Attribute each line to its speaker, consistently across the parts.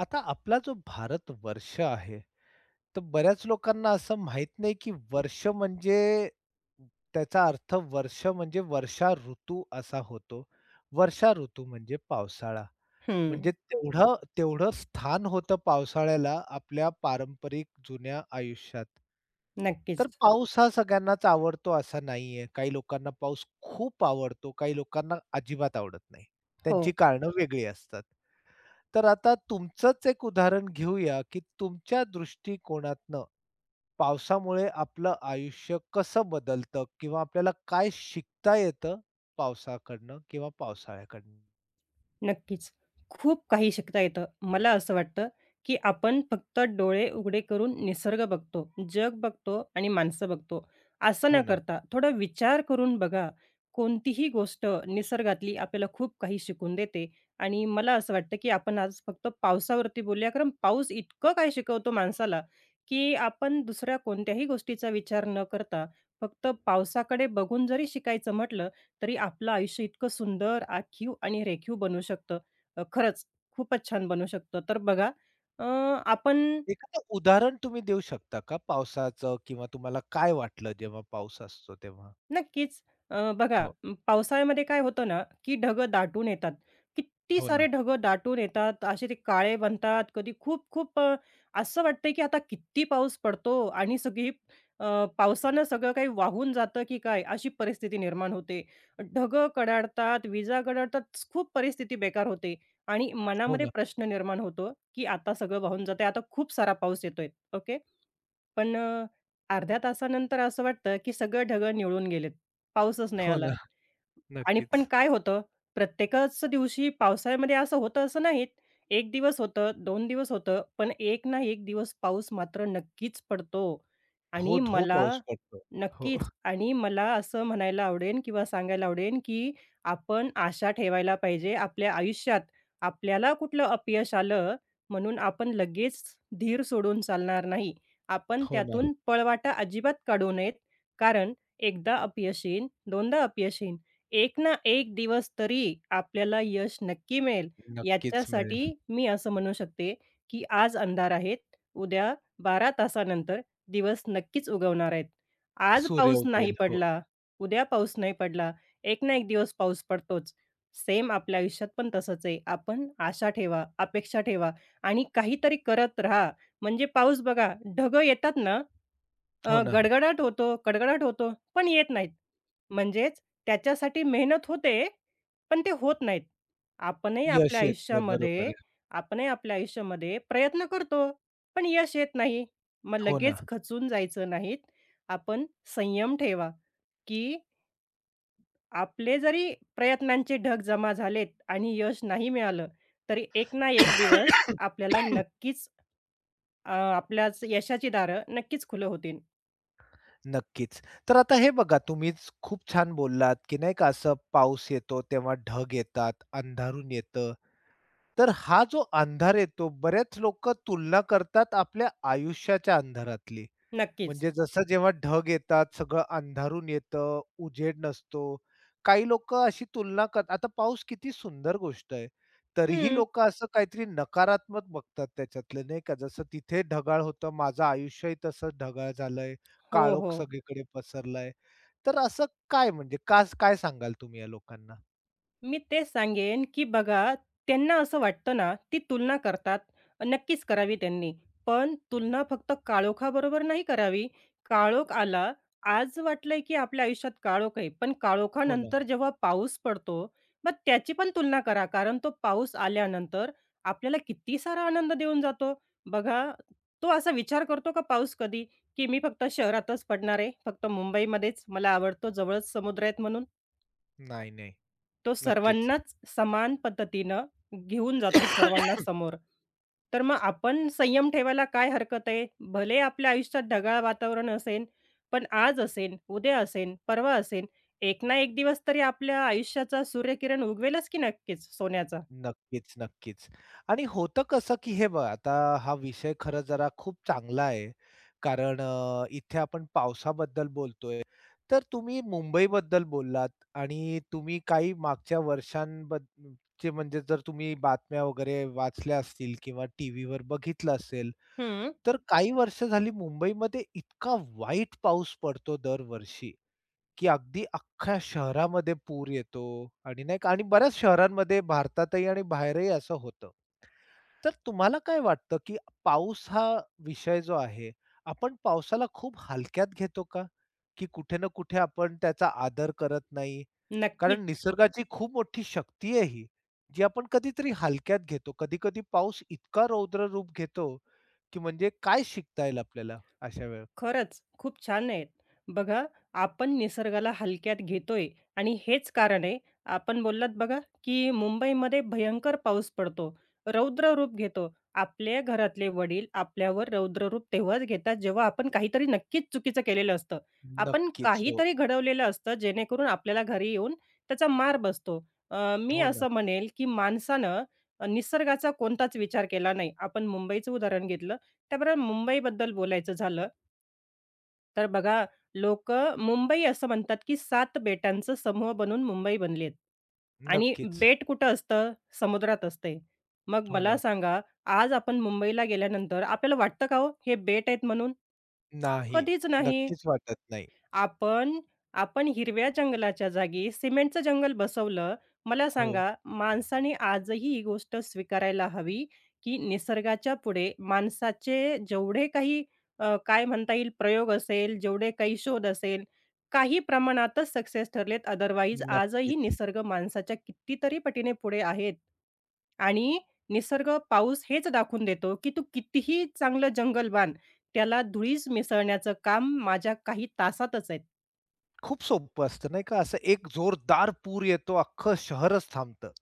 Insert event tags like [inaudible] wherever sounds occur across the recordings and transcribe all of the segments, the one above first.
Speaker 1: आता आपला जो भारत वर्ष आहे, तर बऱ्याच लोकांना असं माहीत नाही, की वर्ष म्हणजे त्याचा अर्थ वर्ष म्हणजे वर्षा ऋतू असा होतो. वर्षा ऋतू म्हणजे पावसाळा.
Speaker 2: हं,
Speaker 1: म्हणजे तेवढं तेवढं स्थान होतं पावसाळ्याला आपल्या पारंपरिक जुन्या आयुष्यात. तर
Speaker 2: नक्कीच.
Speaker 1: पाऊस हा सगळ्यांनाच आवडतो असा नाहीये. काही लोकांना पाऊस खूप आवडतो, काही लोकांना अजिबात आवडत नाही.
Speaker 2: हो,
Speaker 1: त्यांची कारणं वेगळी असतात. तर आता तुमचंच एक उदाहरण घेऊया, की तुमच्या दृष्टिकोनातनं पावसामुळे आपलं आयुष्य कसं बदलतं किंवा आपल्याला काय शिकता येतं पावसाकडनं किंवा पावसाळ्याकडनं?
Speaker 2: नक्कीच. खूप काही शिकता येतं. मला असं वाटतं, की आपण फक्त डोळे उघडे करून निसर्ग बघतो, जग बघतो आणि माणसं बघतो. असं न
Speaker 1: हो ना.
Speaker 2: करता थोडा विचार करून बघा. कोणतीही गोष्ट निसर्गातली आपल्याला खूप काही शिकून देते आणि मला असं वाटतं, की आपण आज फक्त पावसावरती बोलूया, कारण पाऊस इतकं काय शिकवतो माणसाला, की आपण दुसऱ्या कोणत्याही गोष्टीचा विचार न करता फक्त पावसाकडे बघून जरी शिकायचं म्हटलं, तरी आपलं आयुष्य इतकं सुंदर, आखीव आणि रेखीव बनू शकतं. खरंच खूपच छान बनू शकतं. तर बघा अ, आपण
Speaker 1: एखादं उदाहरण तुम्ही देऊ शकता का पावसाचं किंवा तुम्हाला काय वाटलं जेव्हा पाऊस असतो तेव्हा?
Speaker 2: नक्कीच.
Speaker 1: हो.
Speaker 2: पावसाळ्यामध्ये काय होतं ना, की ढगं दाटून येतात. किती
Speaker 1: हो
Speaker 2: सारे
Speaker 1: ना.
Speaker 2: ढगं दाटून येतात. असे ते काळे बनतात. कधी खूप खूप अ, असं वाटतंय की आता किती पाऊस पडतो आणि पावसानं सगळं काही वाहून जातं की काय, अशी परिस्थिती निर्माण होते. ढगं कडाडतात, विजा कडाडतात. खूप परिस्थिती बेकार होते आणि
Speaker 1: हो
Speaker 2: मनामध्ये
Speaker 1: ना.
Speaker 2: प्रश्न निर्माण होतो, की आता सगळं वाहून जातंय. आता खूप सारा पाऊस येतोय. ओके. पण अ, अर्ध्या तासानंतर असं वाटतं, की सगळं ढगं निवळून गेलेत. पाऊसच नाही
Speaker 1: हो
Speaker 2: आला.
Speaker 1: ना.
Speaker 2: आणि
Speaker 1: नक्कीच.
Speaker 2: पण काय होतं, प्रत्येकच दिवशी पावसाळ्यामध्ये असं होतं असं नाहीत. 1 दिवस होतं, 2 दिवस होतं, पण एक ना एक दिवस पाऊस मात्र नक्कीच पडतो. आणि
Speaker 1: धो-धो
Speaker 2: मला
Speaker 1: पाऊस पडतो. हो.
Speaker 2: नक्कीच आणि मला असं म्हणायला आवडेल किंवा सांगायला आवडेल, की आपण आशा ठेवायला पाहिजे आपल्या आयुष्यात. आपल्याला कुठलं अपयश आलं म्हणून आपण लगेच धीर सोडून चालणार नाही. आपण
Speaker 1: हो ना.
Speaker 2: त्यातून पळवाटा अजिबात काढू नयेत. कारण एकदा अपयश येईन, दोनदा अपयश येईन. एक ना एक दिवस तरी आपल्याला यश नक्की मिळेल,
Speaker 1: नक्कीच मिळेल.
Speaker 2: याच्यासाठी मी असं म्हणू शकते, की आज अंधार आहेत, उद्या 12 तासानंतर दिवस नक्कीच उगवणार आहेत. आज
Speaker 1: सूर्य
Speaker 2: पाऊस नाही
Speaker 1: उगवेल. हो.
Speaker 2: पडला, उद्या पाऊस नाही पडला, एक ना एक दिवस पाऊस पडतोच. सेम आपल्या आयुष्यात पण तसंच आहे. आपण आशा ठेवा, अपेक्षा ठेवा आणि काहीतरी करत राहा. म्हणजे पाऊस बघा, ढगं येतात ना
Speaker 1: हो ना.
Speaker 2: गडगडाट होतो, कडकडाट होतो, पण येत नाहीत. म्हणजेच त्याच्यासाठी मेहनत होते, पण ते होत नाहीत. आपणही
Speaker 1: यश
Speaker 2: आपल्या
Speaker 1: येत नाही. बरोबर.
Speaker 2: आयुष्यामध्ये आपणही आपल्या आयुष्यामध्ये प्रयत्न करतो, पण यश येत नाही. मग
Speaker 1: हो ना.
Speaker 2: लगेच खचून जायचं नाहीत. आपण संयम ठेवा, की आपले जरी प्रयत्नांचे ढग जमा झालेत आणि यश नाही मिळालं, तरी एक ना एक दिवस
Speaker 1: [coughs]
Speaker 2: आपल्याला नक्कीच आपल्याच यशाची दारं नक्कीच खुलं होतील.
Speaker 1: नक्कीच. तर आता हे बघा तुम्हीच खूप छान बोललात, की नाही का असं पाऊस येतो तेव्हा ढग येतात, अंधारून येतं. तर हा जो अंधार येतो बरेच लोकं तुलना करतात आपल्या आयुष्याच्या अंधारातली.
Speaker 2: नक्कीच.
Speaker 1: म्हणजे जसं जेव्हा ढग येतात, सगळं अंधारून येतं, उजेड नसतो. काही लोक अशी तुलना करतात आता पाऊस किती सुंदर गोष्ट आहे. तरीही
Speaker 2: हं.
Speaker 1: लोकं असं काहीतरी नकारात्मक बघतात त्याच्यातलं नाही का, जसं तिथे ढगाळ होतं, माझं आयुष्यही तसंच ढगाळ झालंय,
Speaker 2: हो,
Speaker 1: काळोख
Speaker 2: हो.
Speaker 1: सगळीकडे पसरलाय. तर असं काय म्हणजे का काय सांगाल तुम्ही या लोकांना?
Speaker 2: मी तेच सांगेन, की बघा त्यांना असं वाटतं ना, ती तुलना करतात. नक्कीच करावी त्यांनी. पण तुलना फक्त काळोखाबरोबर नाही करावी. काळोख आला, आज वाटलंय की आपल्या आयुष्यात काळोख आहे. पण
Speaker 1: हो ना.
Speaker 2: काळोखानंतर जेव्हा पाऊस पडतो, मग त्याची पण तुलना करा. कारण तो पाऊस आल्यानंतर आपल्याला किती सारा आनंद देऊन जातो. बघा, तो असा विचार करतो का पाऊस कधी, की मी फक्त शहरातच पडणार आहे, फक्त मुंबईमध्येच, मला आवडतो जवळच समुद्र आहेत म्हणून?
Speaker 1: नाही, नाही.
Speaker 2: तो
Speaker 1: नक्कीच.
Speaker 2: सर्वांनाच समान पद्धतीनं घेऊन जातो सर्वांना समोर. तर मग आपण संयम ठेवायला काय हरकत आहे? भले आपल्या आयुष्यात ढगाळ वातावरण असेल, पण आज असेल, उद्या असेल, परवा असेल, एक ना एक दिवस तरी आपल्या आयुष्याचा सूर्यकिरण उगवेलच की नक्कीच सोन्याचा.
Speaker 1: नक्कीच, नक्कीच. आणि होतं कसं, की हे बघा आता हा विषय खरं जरा खूप चांगला आहे. कारण इथे आपण पावसाबद्दल बोलतोय. तर तुम्ही मुंबईबद्दल बोललात आणि तुम्ही काही मागच्या वर्षांबद्दलचे म्हणजे जर तुम्ही बातम्या वगैरे वाचल्या असतील किंवा टीव्हीवर बघितलं असेल,
Speaker 2: हं,
Speaker 1: तर काही वर्ष झाली मुंबईमध्ये इतका वाईट पाऊस पडतो दरवर्षी. की अगदी अख्ख्या शहरामध्ये पूर येतो आणि नाही का आणि बऱ्याच शहरांमध्ये भारतातही आणि बाहेरही असं होतं. तर तुम्हाला काय वाटतं, की पाऊस हा विषय जो आहे, आपण पावसाला खूप हलक्यात घेतो का? की कुठे ना कुठे आपण त्याचा आदर करत नाही? कारण
Speaker 2: नक्कीच.
Speaker 1: निसर्गाची खूप मोठी शक्ती आहे ही, जी आपण कधीतरी हलक्यात घेतो. कधी-कधी पाऊस इतका रौद्र रूप घेतो, की म्हणजे काय शिकता येईल आपल्याला अशा वेळेला?
Speaker 2: खरंच, खूप छान आहेत. बघा, आपण निसर्गाला हलक्यात घेतोय आणि हेच कारण आहे, आपण बोललात बघा, की मुंबईमध्ये भयंकर पाऊस पडतो, रौद्र रूप घेतो. आपल्या घरातले वडील आपल्यावर रौद्र रूप तेव्हाच घेतात, जेव्हा आपण काहीतरी नक्कीच चुकीचं केलेलं असतं. आपण
Speaker 1: नक्कीच. हो.
Speaker 2: काहीतरी घडवलेलं असतं, जेणेकरून आपल्याला घरी येऊन त्याचा मार बसतो. मी
Speaker 1: हो ना.
Speaker 2: असं म्हणेल, की माणसानं निसर्गाचा कोणताच विचार केला नाही. आपण मुंबईचं उदाहरण घेतलं, त्याबरोबर मुंबईबद्दल बोलायचं झालं तर बघा, लोक मुंबई असं म्हणतात, की सात बेटांचा समूह बनून मुंबई बनली आहे. आणि
Speaker 1: नक्कीच.
Speaker 2: बेट कुठं असतं? समुद्रात असते. मग
Speaker 1: हो
Speaker 2: मला
Speaker 1: ना.
Speaker 2: सांगा, आज आपण मुंबईला गेल्यानंतर आपल्याला वाटतं का हो, हे बेट आहेत म्हणून?
Speaker 1: नाही.
Speaker 2: कधीच नाही.
Speaker 1: नक्कीच वाटत नाही.
Speaker 2: आपण आपण हिरव्या जंगलाच्या जागी सिमेंटचं जंगल बसवलं. मला
Speaker 1: हो,
Speaker 2: सांगा, माणसाने आजही ही गोष्ट स्वीकारायला हवी, की निसर्गाच्या पुढे माणसाचे जेवढे काही काय म्हणता येईल प्रयोग असेल, जेवढे काही शोध असेल, काही प्रमाणातच सक्सेस ठरलेत. अदरवाईज आजही
Speaker 1: नक्कीच.
Speaker 2: निसर्ग माणसाच्या कितीतरी पटीने पुढे आहेत. आणि निसर्ग, पाऊस हेच दाखवून देतो, की तू कितीही चांगलं जंगल बांध, त्याला धुळीस मिसळण्याचं काम माझ्या काही तासातच आहे.
Speaker 1: खूप सोपं असतं नाही का? असं एक जोरदार पूर येतो, अख्खं शहरच थांबतं.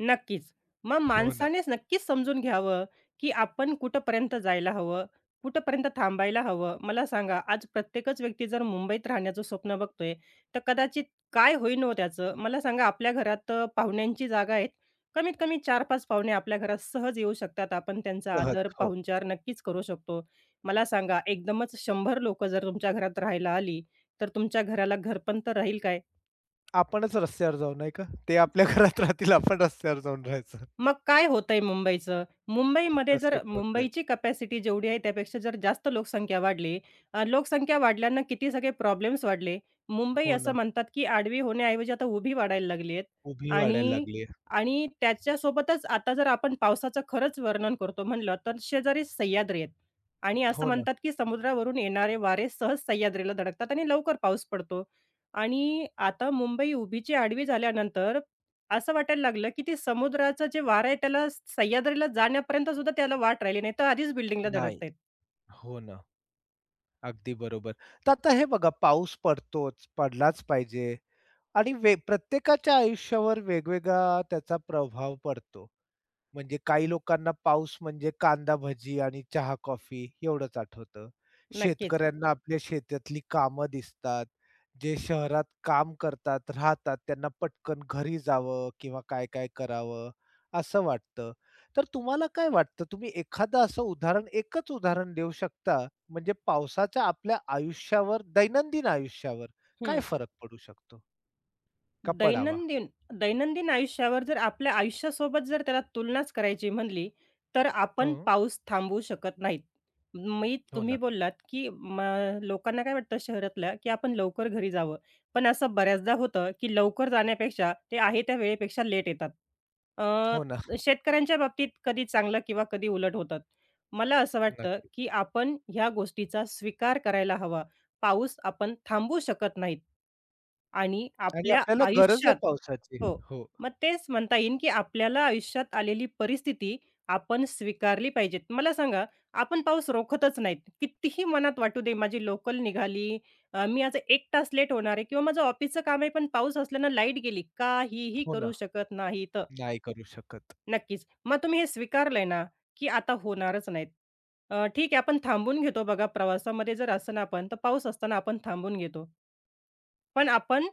Speaker 2: नक्कीच. मग
Speaker 1: हो ना,
Speaker 2: माणसानेच नक्कीच समजून घ्यावं, की आपण कुठपर्यंत जायला हवं, कुठपर्यंत थांबायला हवं. मला सांगा, आज प्रत्येकच व्यक्ती जर मुंबईत राहण्याचं स्वप्न बघतोय, तर कदाचित काय होईन हो त्याचं? मला सांगा, आपल्या घरात पाहुण्यांची जागा आहेत. कमीत कमी 4-5 पाहुणे आपल्या घरात सहज येऊ शकतात. आपण त्यांचा
Speaker 1: सहज.
Speaker 2: आदर,
Speaker 1: हो.
Speaker 2: पाहुणचार नक्कीच करू शकतो. मला सांगा, एकदमच 100 लोकं जर तुमच्या घरात राहायला आली, तर तुमच्या घराला घरपण तर राहील काय?
Speaker 1: आपणच रस्त्यावर जाऊ नाही का? ते आपल्या [laughs] घरात राहतील, आपण रस्त्यावर जाऊन राहायचं.
Speaker 2: मग काय होतंय मुंबईचं? मुंबईमध्ये जर
Speaker 1: तसंच होतंय.
Speaker 2: मुंबईची कपॅसिटी जेवढी आहे त्यापेक्षा जर जास्त लोकसंख्या वाढली, लोकसंख्या वाढल्यानं किती सगळे प्रॉब्लेम्स वाढले. मुंबई
Speaker 1: हो
Speaker 2: असं
Speaker 1: ना,
Speaker 2: म्हणतात, की आडवी होण्याऐवजी आता उभी वाढायला लागली आहे
Speaker 1: उभी वाढायला
Speaker 2: आणि
Speaker 1: लागली.
Speaker 2: आणि त्याच्यासोबतच आता जर आपण पावसाचं खरंच वर्णन करतो म्हटलं, तर शेजारीच सह्याद्री आहेत आणि असं
Speaker 1: हो ना,
Speaker 2: म्हणतात, की समुद्रावरून येणारे वारे सहज सह्याद्रीला धडकतात आणि लवकर पाऊस पडतो आणि आता मुंबई उभीची आडवी झाल्यानंतर असं वाटायला लागलं, की ते समुद्राचं जे वारं आहे त्याला सह्याद्रीला जाण्यापर्यंत सुद्धा त्याला वाट राहिली नाही, तर आधीच बिल्डिंगला
Speaker 1: नाही.
Speaker 2: धडकतायत.
Speaker 1: हो ना, अगदी बरोबर. तर आता हे बघा पाऊस पडतोच, पडलाच पाहिजे आणि प्रत्येकाच्या आयुष्यावर वेगवेगळा त्याचा प्रभाव पडतो. म्हणजे काही लोकांना पाऊस म्हणजे कांदा भजी आणि चहा कॉफी एवढंच आठवतं.
Speaker 2: नक्कीच.
Speaker 1: शेतकऱ्यांना आपल्या शेतातली कामं दिसतात. जे शहरात काम करतात, राहतात त्यांना पटकन घरी जावं किंवा काय-काय करावं असं वाटतं. तर तुम्हाला काय वाटतं तुम्ही एखादं असं उदाहरण, एकच उदाहरण देऊ शकता म्हणजे पावसाचा आपल्या आयुष्यावर, दैनंदिन आयुष्यावर काय
Speaker 2: हं.
Speaker 1: फरक पडू शकतो? का पडावा?
Speaker 2: दैनंदिन दैनंदिन आयुष्यावर जर आपल्या आयुष्यासोबत जर त्याला तुलनाच करायची म्हणली, तर आपण
Speaker 1: हो,
Speaker 2: पाऊस थांबवू शकत नाहीत. मी
Speaker 1: हो
Speaker 2: तुम्ही
Speaker 1: ना.
Speaker 2: बोललात, की म लोकांना काय वाटतं शहरातल्या, की आपण लवकर घरी जावं. पण असं बऱ्याचदा होतं, की लवकर जाण्यापेक्षा ते आहे त्या वेळेपेक्षा लेट येतात.
Speaker 1: हो ना.
Speaker 2: शेतकऱ्यांच्या बाबतीत कधी चांगलं किंवा कधी उलट होतात. मला असं
Speaker 1: [laughs]
Speaker 2: वाटतं,
Speaker 1: नक्की.
Speaker 2: की आपण ह्या गोष्टीचा स्वीकार करायला हवा. पाऊस आपण थांबवू शकत नाहीत. आणि
Speaker 1: आणि
Speaker 2: आपल्या
Speaker 1: आपल्याला गरज आहे
Speaker 2: आयुष्यात
Speaker 1: पावसाची.
Speaker 2: हो,
Speaker 1: हो.
Speaker 2: मग तेच म्हणता येईल, की आपल्याला आयुष्यात आलेली परिस्थिती आपण स्वीकारली पाहिजेत. मला सांगा, आपण पाऊस रोखतच नाहीत. कितीही मनात वाटू दे, माझी लोकल निघाली, मी आज एक तास लेट होणार आहे किंवा माझं ऑफिसचं काम आहे, पण पाऊस असल्यानं लाईट गेली. काहीही
Speaker 1: हो ना.
Speaker 2: करू शकत नाहीत.
Speaker 1: नाही करू शकत.
Speaker 2: नक्कीच. मग तुम्ही हे स्वीकारलंय ना, की आता होणारच नाहीत. ठीक आहे, आपण थांबून घेतो बघा प्रवासामध्ये जर असं ना आपण, तर पाऊस असताना आपण थांबून घेतो. पण आपण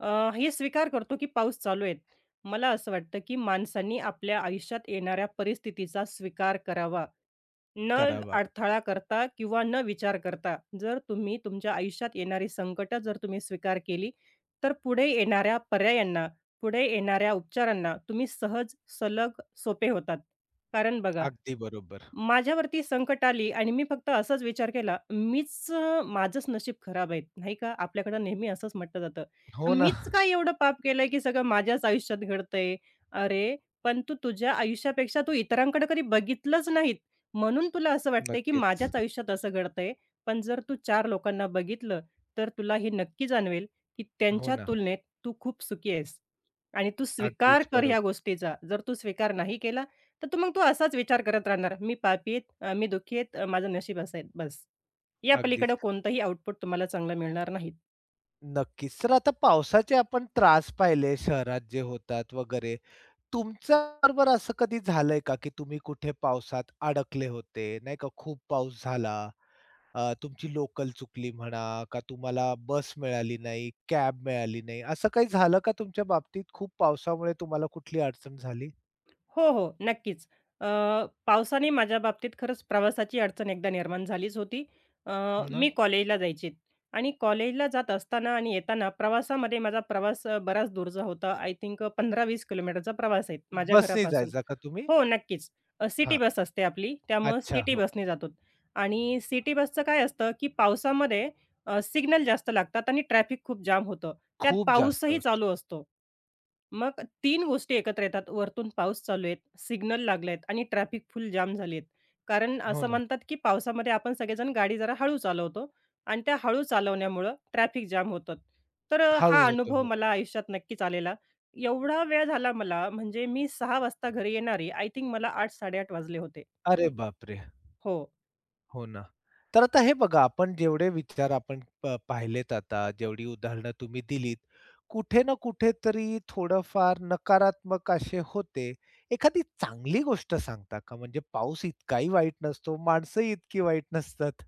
Speaker 2: अ, हे स्वीकार करतो की पाऊस चालू आहे. मला असं वाटतं की माणसांनी आपल्या आयुष्यात येणाऱ्या परिस्थितीचा स्वीकार करावा. न
Speaker 1: करावा.
Speaker 2: अडथळा करता किंवा न विचार करता. जर तुम्ही तुमच्या आयुष्यात येणारी संकटं जर तुम्ही स्वीकार केली, तर पुढे येणाऱ्या पर्यायांना, पुढे येणाऱ्या उपचारांना तुम्ही सहज, सलग, सोपे होतात. कारण बघा
Speaker 1: अगदी बरोबर.
Speaker 2: माझ्यावरती संकट आली आणि मी फक्त असाच विचार केला, माझंच नशीब खराब आहे, नाही का? आपल्याकडं नेहमी असंच म्हटलं जातं.
Speaker 1: हो ना.
Speaker 2: मीच काय एवढं पाप केलंय, की सगळं माझ्याच आयुष्यात घडतंय? अरे, पण तू तुझ्या आयुष्यापेक्षा तू इतरांकडे कधी बघितलंच नाहीत, म्हणून तुला असं वाटतंय, की
Speaker 1: नक्कीच.
Speaker 2: माझ्याच आयुष्यात असं घडतंय. पण जर तू 4 लोकांना बघितलं, तर तुला हे नक्की जाणवेल, की
Speaker 1: हो
Speaker 2: त्यांच्या
Speaker 1: ना.
Speaker 2: तुलनेत तू खूप सुखी आहेस आणि तू स्वीकार
Speaker 1: अगदीच
Speaker 2: कर ह्या
Speaker 1: बरोबर.
Speaker 2: गोष्टीचा. जर तू स्वीकार नाही केला, तर तो मग असाच विचार करत राहणार, "मी पापी आहेत, मी दुःखी आहेत, माझं नशीब असं आहे." बस. या
Speaker 1: अगदीच.
Speaker 2: पलीकडे कोणतंही आउटपुट तुम्हाला चांगलं मिळणार नाहीत.
Speaker 1: नक्कीच. तर आता पावसाचे आपण त्रास पाहिले शहरात जे होतात वगैरे. तुमच्याबरोबर असं कधी झालंय का, की तुम्ही कुठे पावसात अडकले होते, नाही का? खूप पाऊस झाला, तुमची लोकल चुकली म्हणा का तुम्हाला बस मिळाली नाही, कॅब मिळाली नाही, असं काही झालं का तुमच्या बाबतीत? खूप पावसामुळे तुम्हाला कुठली अडचण झाली?
Speaker 2: हो, हो, नक्कीच. अ, पावसाने माझ्या बाबतीत खरंच प्रवासाची अडचण एकदा निर्माण झालीच होती. अ,
Speaker 1: ना?
Speaker 2: मी कॉलेजला जायची आणि कॉलेजला जात असताना आणि येताना प्रवासामध्ये माझा प्रवास बराच दूरचा होता. आय थिंक 15 किलोमीटरचा प्रवास आहे माझ्या
Speaker 1: बसने
Speaker 2: घरापासून.
Speaker 1: जायचा का तुम्ही?
Speaker 2: हो, नक्कीच. सिटी
Speaker 1: हां.
Speaker 2: बस असते आपली, त्यामुळं
Speaker 1: अच्छा.
Speaker 2: सिटी
Speaker 1: हो.
Speaker 2: बसने जातो आणि सिटी बसचं काय असतं, की पावसामध्ये सिग्नल जास्त लागतात आणि ट्रॅफिक खूप जाम होतं. त्यात
Speaker 1: खूप जास्त
Speaker 2: पाऊसही
Speaker 1: असतो.
Speaker 2: चालू असतो. मग तीन गोष्टी एकत्र येतात. वरतून पाऊस चालू आहे, सिग्नल लागले आणि ट्रॅफिक फुल जाम झाली कारण
Speaker 1: हो
Speaker 2: असं
Speaker 1: ना.
Speaker 2: म्हणतात, की पावसामध्ये आपण सगळेजण गाडी जरा हळू चालवतो आणि त्या हळू चालवण्यामुळं ट्रॅफिक जाम होतं.
Speaker 1: हळू
Speaker 2: हा
Speaker 1: होतं.
Speaker 2: अनुभव
Speaker 1: हो.
Speaker 2: मला आयुष्यात नक्कीच आलेला एवढा वेळ झाला मला म्हणजे मी 6:00 वाजता घरी येणारी आय थिंक मला 8, 8:30 वाजले होते.
Speaker 1: अरे बापरे!
Speaker 2: हो.
Speaker 1: हो ना. तर आता हे बघा, आपण जेवढे विचार आपण पाहिलेत आता, जेवढी उदाहरणं तुम्ही दिलीत, कुठे ना कुठेतरी थोडंफार नकारात्मक असे होते. एखादी चांगली गोष्ट सांगता का? म्हणजे पाऊस इतकाही वाईट नसतो, माणसंही इतकी वाईट नसतात.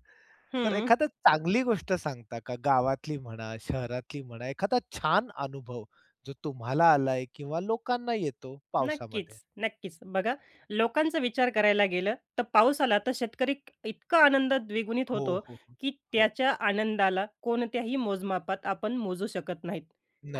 Speaker 1: तर
Speaker 2: हं.
Speaker 1: एखादी चांगली गोष्ट सांगता का? गावातली म्हणा, शहरातली म्हणा, एखादा छान अनुभव जो तुम्हाला आलाय किंवा लोकांना येतो
Speaker 2: नक्कीच,
Speaker 1: पावसामध्ये?
Speaker 2: बघा लोकांचा विचार करायला गेलं, तर पाऊस आला तर शेतकरी इतका आनंद द्विगुणित
Speaker 1: हो,
Speaker 2: होतो,
Speaker 1: हो, हो.
Speaker 2: की
Speaker 1: हो.
Speaker 2: त्याच्या आनंदाला कोणत्याही मोजमापात आपण मोजू शकत नाहीत.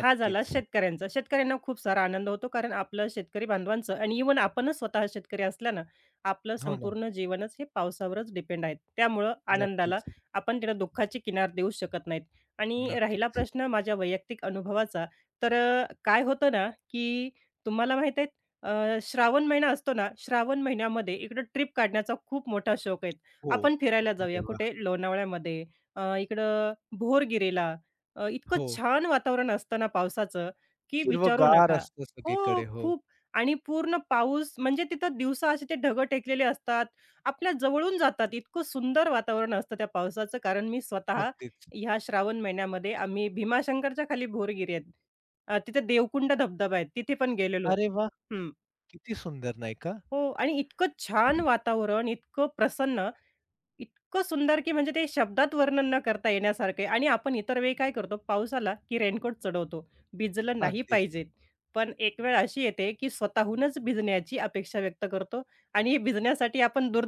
Speaker 2: हा झाला शेतकऱ्यांचा. शेतकऱ्यांना खूप सारा आनंद होतो कारण आपलं शेतकरी बांधवांचं आणि इव्हन आपणच स्वतः शेतकरी असल्यानं आपलं
Speaker 1: हो ना.
Speaker 2: संपूर्ण जीवनच हे पावसावरच डिपेंड आहे. त्यामुळं आनंदाला
Speaker 1: नक्कीच,
Speaker 2: आपण त्याला दुःखाची किनार देऊ शकत नाहीत. आणि
Speaker 1: नक्की.
Speaker 2: राहिला प्रश्न माझ्या वैयक्तिक अनुभवाचा, काय होतं ना, की तुम्हाला माहीत श्रावण महिना असतो ना, श्रावण महिन्यामध्ये इकडं ट्रिप काढण्याचा खूप मोठा शौक आहे.
Speaker 1: हो.
Speaker 2: आपण
Speaker 1: हो.
Speaker 2: फिरायला
Speaker 1: अरे
Speaker 2: जाऊया
Speaker 1: वाह!
Speaker 2: कुठे? लोणावळ्यामध्ये, इकडं भोरगिरीला. इतकं
Speaker 1: हो.
Speaker 2: छान वातावरण असतं ना पावसाचं, की विचारू
Speaker 1: हिरवंगार
Speaker 2: नका.
Speaker 1: असतं
Speaker 2: हो,
Speaker 1: सगळीकडे. हो,
Speaker 2: खूप आणि पूर्ण पाऊस म्हणजे तिथं दिवसा असे ते ढगं टेकलेले असतात. आपल्या जवळून जातात. इतकं सुंदर वातावरण असतं त्या पावसाचं. कारण मी स्वतः
Speaker 1: अगदीच.
Speaker 2: ह्या श्रावण महिन्यामध्ये आम्ही भीमाशंकरच्या खाली भोरगिरी आहेत. तिथे देवकुंड धबधबा आहे. तिथे पण गेलेलो.
Speaker 1: अरे वाह!
Speaker 2: हं.
Speaker 1: किती सुंदर नाही का?
Speaker 2: हो आणि इतकं छान वातावरण, इतकं प्रसन्न, इतकं सुंदर, की म्हणजे ते शब्दात वर्णन न करता येण्यासारखं आहे. आणि आपण इतर वेळी काय करतो, पाऊस आला की रेनकोट चढवतो, भिजलं नाही
Speaker 1: अगदीच.
Speaker 2: पाहिजेत. पण एक वेळ अशी येते, की स्वतःहूनच भिजण्याची अपेक्षा व्यक्त करतो आणि भिजण्यासाठी आपण दूर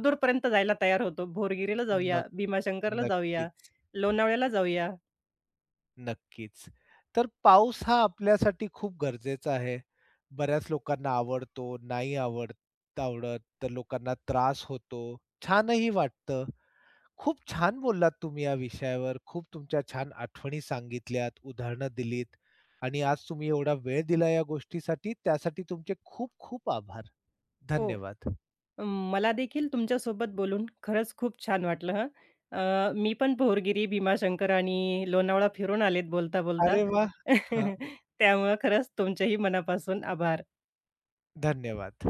Speaker 2: जायला तयार होतो. भोरगिरीला जाऊया,
Speaker 1: नक,
Speaker 2: भीमाशंकरला जाऊया,
Speaker 1: नक्कीच,
Speaker 2: लोणावळ्याला जाऊया.
Speaker 1: नक्कीच. तर पाऊस हा आपल्यासाठी खूप गरजेचा आहे. बऱ्याच लोकांना आवडतो, नाही आवडत आवडत, तर लोकांना त्रास होतो. छानही वाटतं. खूप छान बोललात तुम्ही या विषयावर. खूप तुमच्या छान आठवणी सांगितल्यात, उदाहरणं दिलीत आणि आज तुम्ही एवढा वेळ दिला या गोष्टीसाठी, त्यासाठी तुमचे खूप खूप आभार.
Speaker 2: हो.
Speaker 1: धन्यवाद.
Speaker 2: अं, मला देखील तुमच्यासोबत बोलून खरंच खूप छान वाटलं हं. मी पण पोहरगिरी, भीमाशंकर आणि लोणावळा फिरून आलेत बोलता-बोलता.
Speaker 1: अरे वाह! हां,
Speaker 2: [laughs] त्यामुळं खरंच तुमचेही मनापासून आभार.
Speaker 1: धन्यवाद.